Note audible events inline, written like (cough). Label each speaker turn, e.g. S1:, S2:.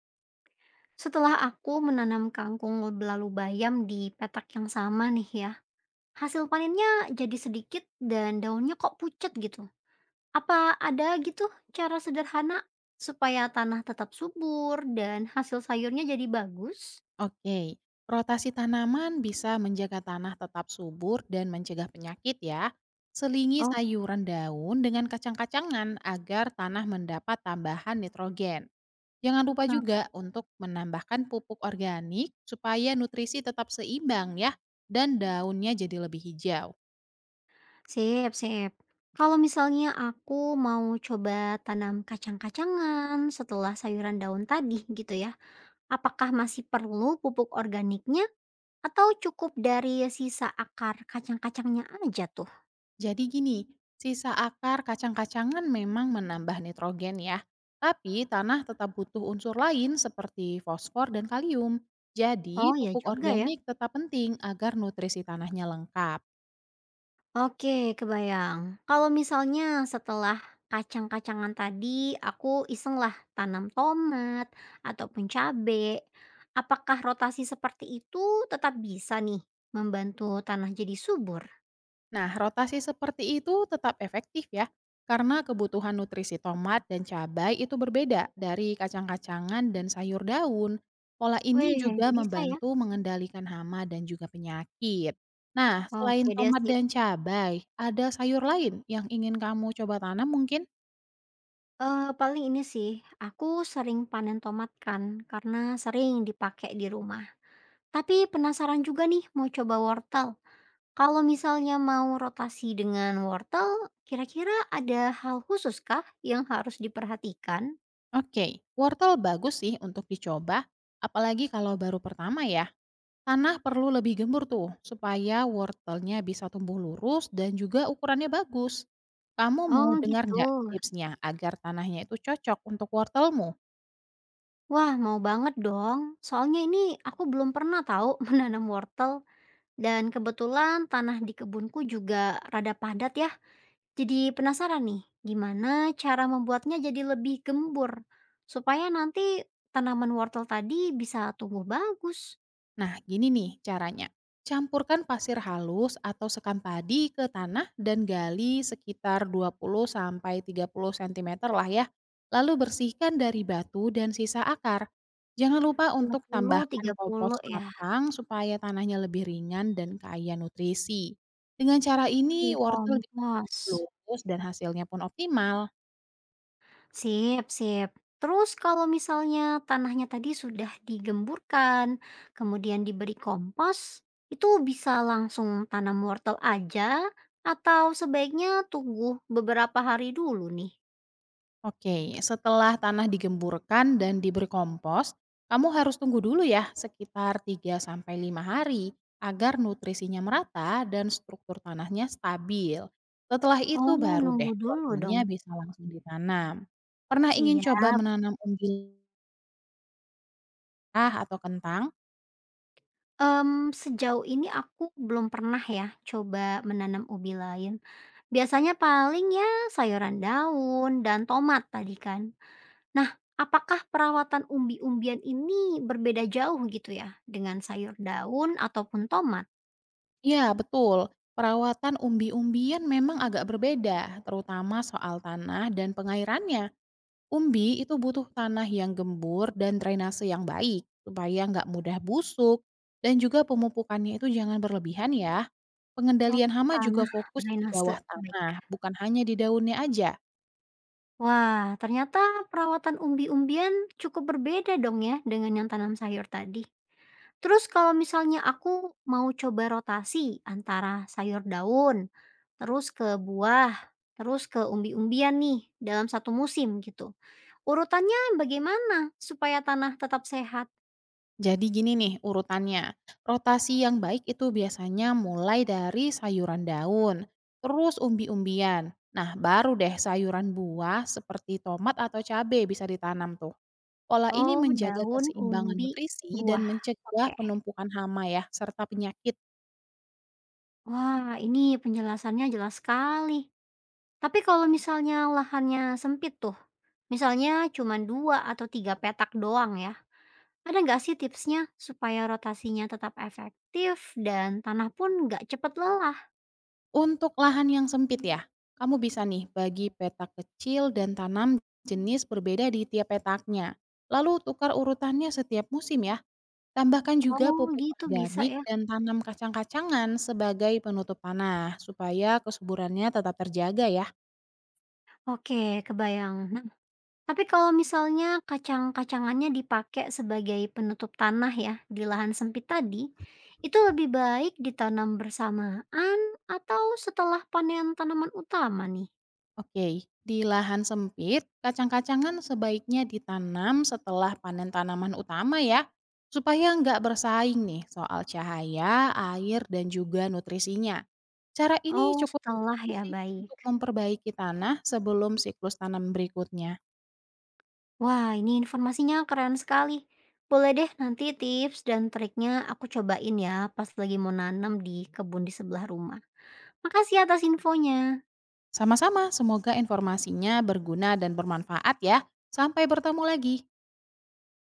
S1: Setelah aku menanam kangkung belalu bayam di petak yang sama nih ya, hasil panennya jadi sedikit dan daunnya kok pucat gitu. Apa ada gitu cara sederhana supaya tanah tetap subur dan hasil sayurnya jadi bagus?
S2: Oke, rotasi tanaman bisa menjaga tanah tetap subur dan mencegah penyakit ya. Selingi
S1: Oh,
S2: sayuran daun dengan kacang-kacangan agar tanah mendapat tambahan nitrogen. Jangan lupa
S1: nah,
S2: juga untuk menambahkan pupuk organik supaya nutrisi tetap seimbang ya dan daunnya jadi lebih hijau.
S1: sip, sip. Kalau misalnya aku mau coba tanam kacang-kacangan setelah sayuran daun tadi gitu ya, apakah masih perlu pupuk organiknya atau cukup dari sisa akar kacang-kacangnya aja tuh?
S2: Jadi gini, sisa akar kacang-kacangan memang menambah nitrogen ya, tapi tanah tetap butuh unsur lain seperti fosfor dan kalium. Jadi,
S1: Oh ya
S2: pupuk
S1: juga ya.
S2: organik tetap penting agar nutrisi tanahnya lengkap.
S1: Oke, kebayang. Kalau misalnya setelah kacang-kacangan tadi aku iseng lah tanam tomat ataupun cabe, apakah rotasi seperti itu tetap bisa nih membantu tanah jadi subur?
S2: Nah, rotasi seperti itu tetap efektif ya, karena kebutuhan nutrisi tomat dan cabai itu berbeda dari kacang-kacangan dan sayur daun. Pola ini
S1: Weh,
S2: juga
S1: bisa ya?
S2: membantu mengendalikan hama dan juga penyakit. Nah, selain
S1: Oke deh
S2: tomat
S1: sip.
S2: dan cabai, ada sayur lain yang ingin kamu coba tanam mungkin?
S1: Paling ini sih, aku sering panen tomat kan karena sering dipakai di rumah. Tapi penasaran juga nih mau coba wortel. Kalau misalnya mau rotasi dengan wortel, kira-kira ada hal khusus kah yang harus diperhatikan?
S2: Oke, wortel bagus sih untuk dicoba, apalagi kalau baru pertama ya. Tanah perlu lebih gembur tuh, supaya wortelnya bisa tumbuh lurus dan juga ukurannya bagus. Kamu mau
S1: Oh
S2: dengar
S1: gitu.
S2: nggak tipsnya agar tanahnya itu cocok untuk wortelmu?
S1: Wah, mau banget dong. Soalnya ini aku belum pernah tahu (laughs) menanam wortel dan kebetulan tanah di kebunku juga rada padat ya. Jadi penasaran nih, gimana cara membuatnya jadi lebih gembur supaya nanti tanaman wortel tadi bisa tumbuh bagus.
S2: Nah, gini nih caranya. Campurkan pasir halus atau sekam padi ke tanah dan gali sekitar 20 sampai 30 cm lah ya. Lalu bersihkan dari batu dan sisa akar. Jangan lupa
S1: dua
S2: untuk
S1: puluh
S2: tambahkan
S1: tiga
S2: kompos
S1: puluh ya?
S2: matang supaya tanahnya lebih ringan dan kaya nutrisi. Dengan cara ini
S1: Oke,
S2: wortel bisa
S1: kompos.
S2: lurus dan hasilnya pun optimal.
S1: Sip sip. Terus kalau misalnya tanahnya tadi sudah digemburkan, kemudian diberi kompos, itu bisa langsung tanam wortel aja atau sebaiknya tunggu beberapa hari dulu nih?
S2: Oke, setelah tanah digemburkan dan diberi kompos, kamu harus tunggu dulu ya sekitar 3 sampai 5 hari agar nutrisinya merata dan struktur tanahnya stabil. Setelah itu
S1: Oh,
S2: baru deh
S1: nunggu dulu dong.
S2: sorghumnya bisa langsung ditanam. Pernah ingin coba
S1: Siap.
S2: menanam umbi merah atau kentang?
S1: Sejauh ini aku belum pernah ya coba menanam ubi lain. Biasanya paling ya sayuran daun dan tomat tadi kan. Nah, apakah perawatan umbi-umbian ini berbeda jauh gitu ya dengan sayur daun ataupun tomat?
S2: Ya, betul. Perawatan umbi-umbian memang agak berbeda, terutama soal tanah dan pengairannya. Umbi itu butuh tanah yang gembur dan drainase yang baik supaya nggak mudah busuk dan juga pemupukannya itu jangan berlebihan ya.
S1: Oh,
S2: Pengendalian hama juga
S1: tanah
S2: fokus di
S1: drainase.
S2: bawah
S1: Baik.
S2: tanah, bukan hanya di daunnya aja.
S1: Wah, ternyata perawatan umbi-umbian cukup berbeda dong ya dengan yang tanam sayur tadi. Terus kalau misalnya aku mau coba rotasi antara sayur daun, terus ke buah, terus ke umbi-umbian nih dalam satu musim gitu. Urutannya bagaimana supaya tanah tetap sehat?
S2: Jadi gini nih urutannya, rotasi yang baik itu biasanya mulai dari sayuran daun, terus umbi-umbian. Nah baru deh sayuran buah seperti tomat atau cabai bisa ditanam tuh. Pola ini
S1: Oh,
S2: menjaga
S1: daun
S2: keseimbangan
S1: umbi
S2: nutrisi dan
S1: buah.
S2: mencegah
S1: Oke.
S2: penumpukan hama ya, serta penyakit.
S1: Wah, ini penjelasannya jelas sekali. Tapi kalau misalnya lahannya sempit tuh, misalnya cuma dua atau tiga petak doang ya, ada nggak sih tipsnya supaya rotasinya tetap efektif dan tanah pun nggak cepet lelah?
S2: Untuk lahan yang sempit ya, kamu bisa nih bagi petak kecil dan tanam jenis berbeda di tiap petaknya. Lalu tukar urutannya setiap musim ya. Tambahkan juga
S1: Oh,
S2: pupuk
S1: gitu bisa
S2: organik
S1: ya.
S2: dan tanam kacang-kacangan sebagai penutup tanah supaya kesuburannya tetap terjaga ya.
S1: Oke, kebayang. Nah, tapi kalau misalnya kacang-kacangannya dipakai sebagai penutup tanah ya, di lahan sempit tadi, itu lebih baik ditanam bersamaan atau setelah panen tanaman utama nih?
S2: Oke, di lahan sempit, kacang-kacangan sebaiknya ditanam setelah panen tanaman utama ya, supaya nggak bersaing nih soal cahaya, air, dan juga nutrisinya. Cara ini
S1: Oh,
S2: cukup
S1: setelah
S2: membantu
S1: ya,
S2: sih
S1: baik.
S2: untuk memperbaiki tanah sebelum siklus tanam berikutnya.
S1: Wah, ini informasinya keren sekali. Boleh deh nanti tips dan triknya aku cobain ya pas lagi mau nanam di kebun di sebelah rumah. Makasih atas infonya.
S2: Sama-sama, semoga informasinya berguna dan bermanfaat ya. Sampai bertemu lagi.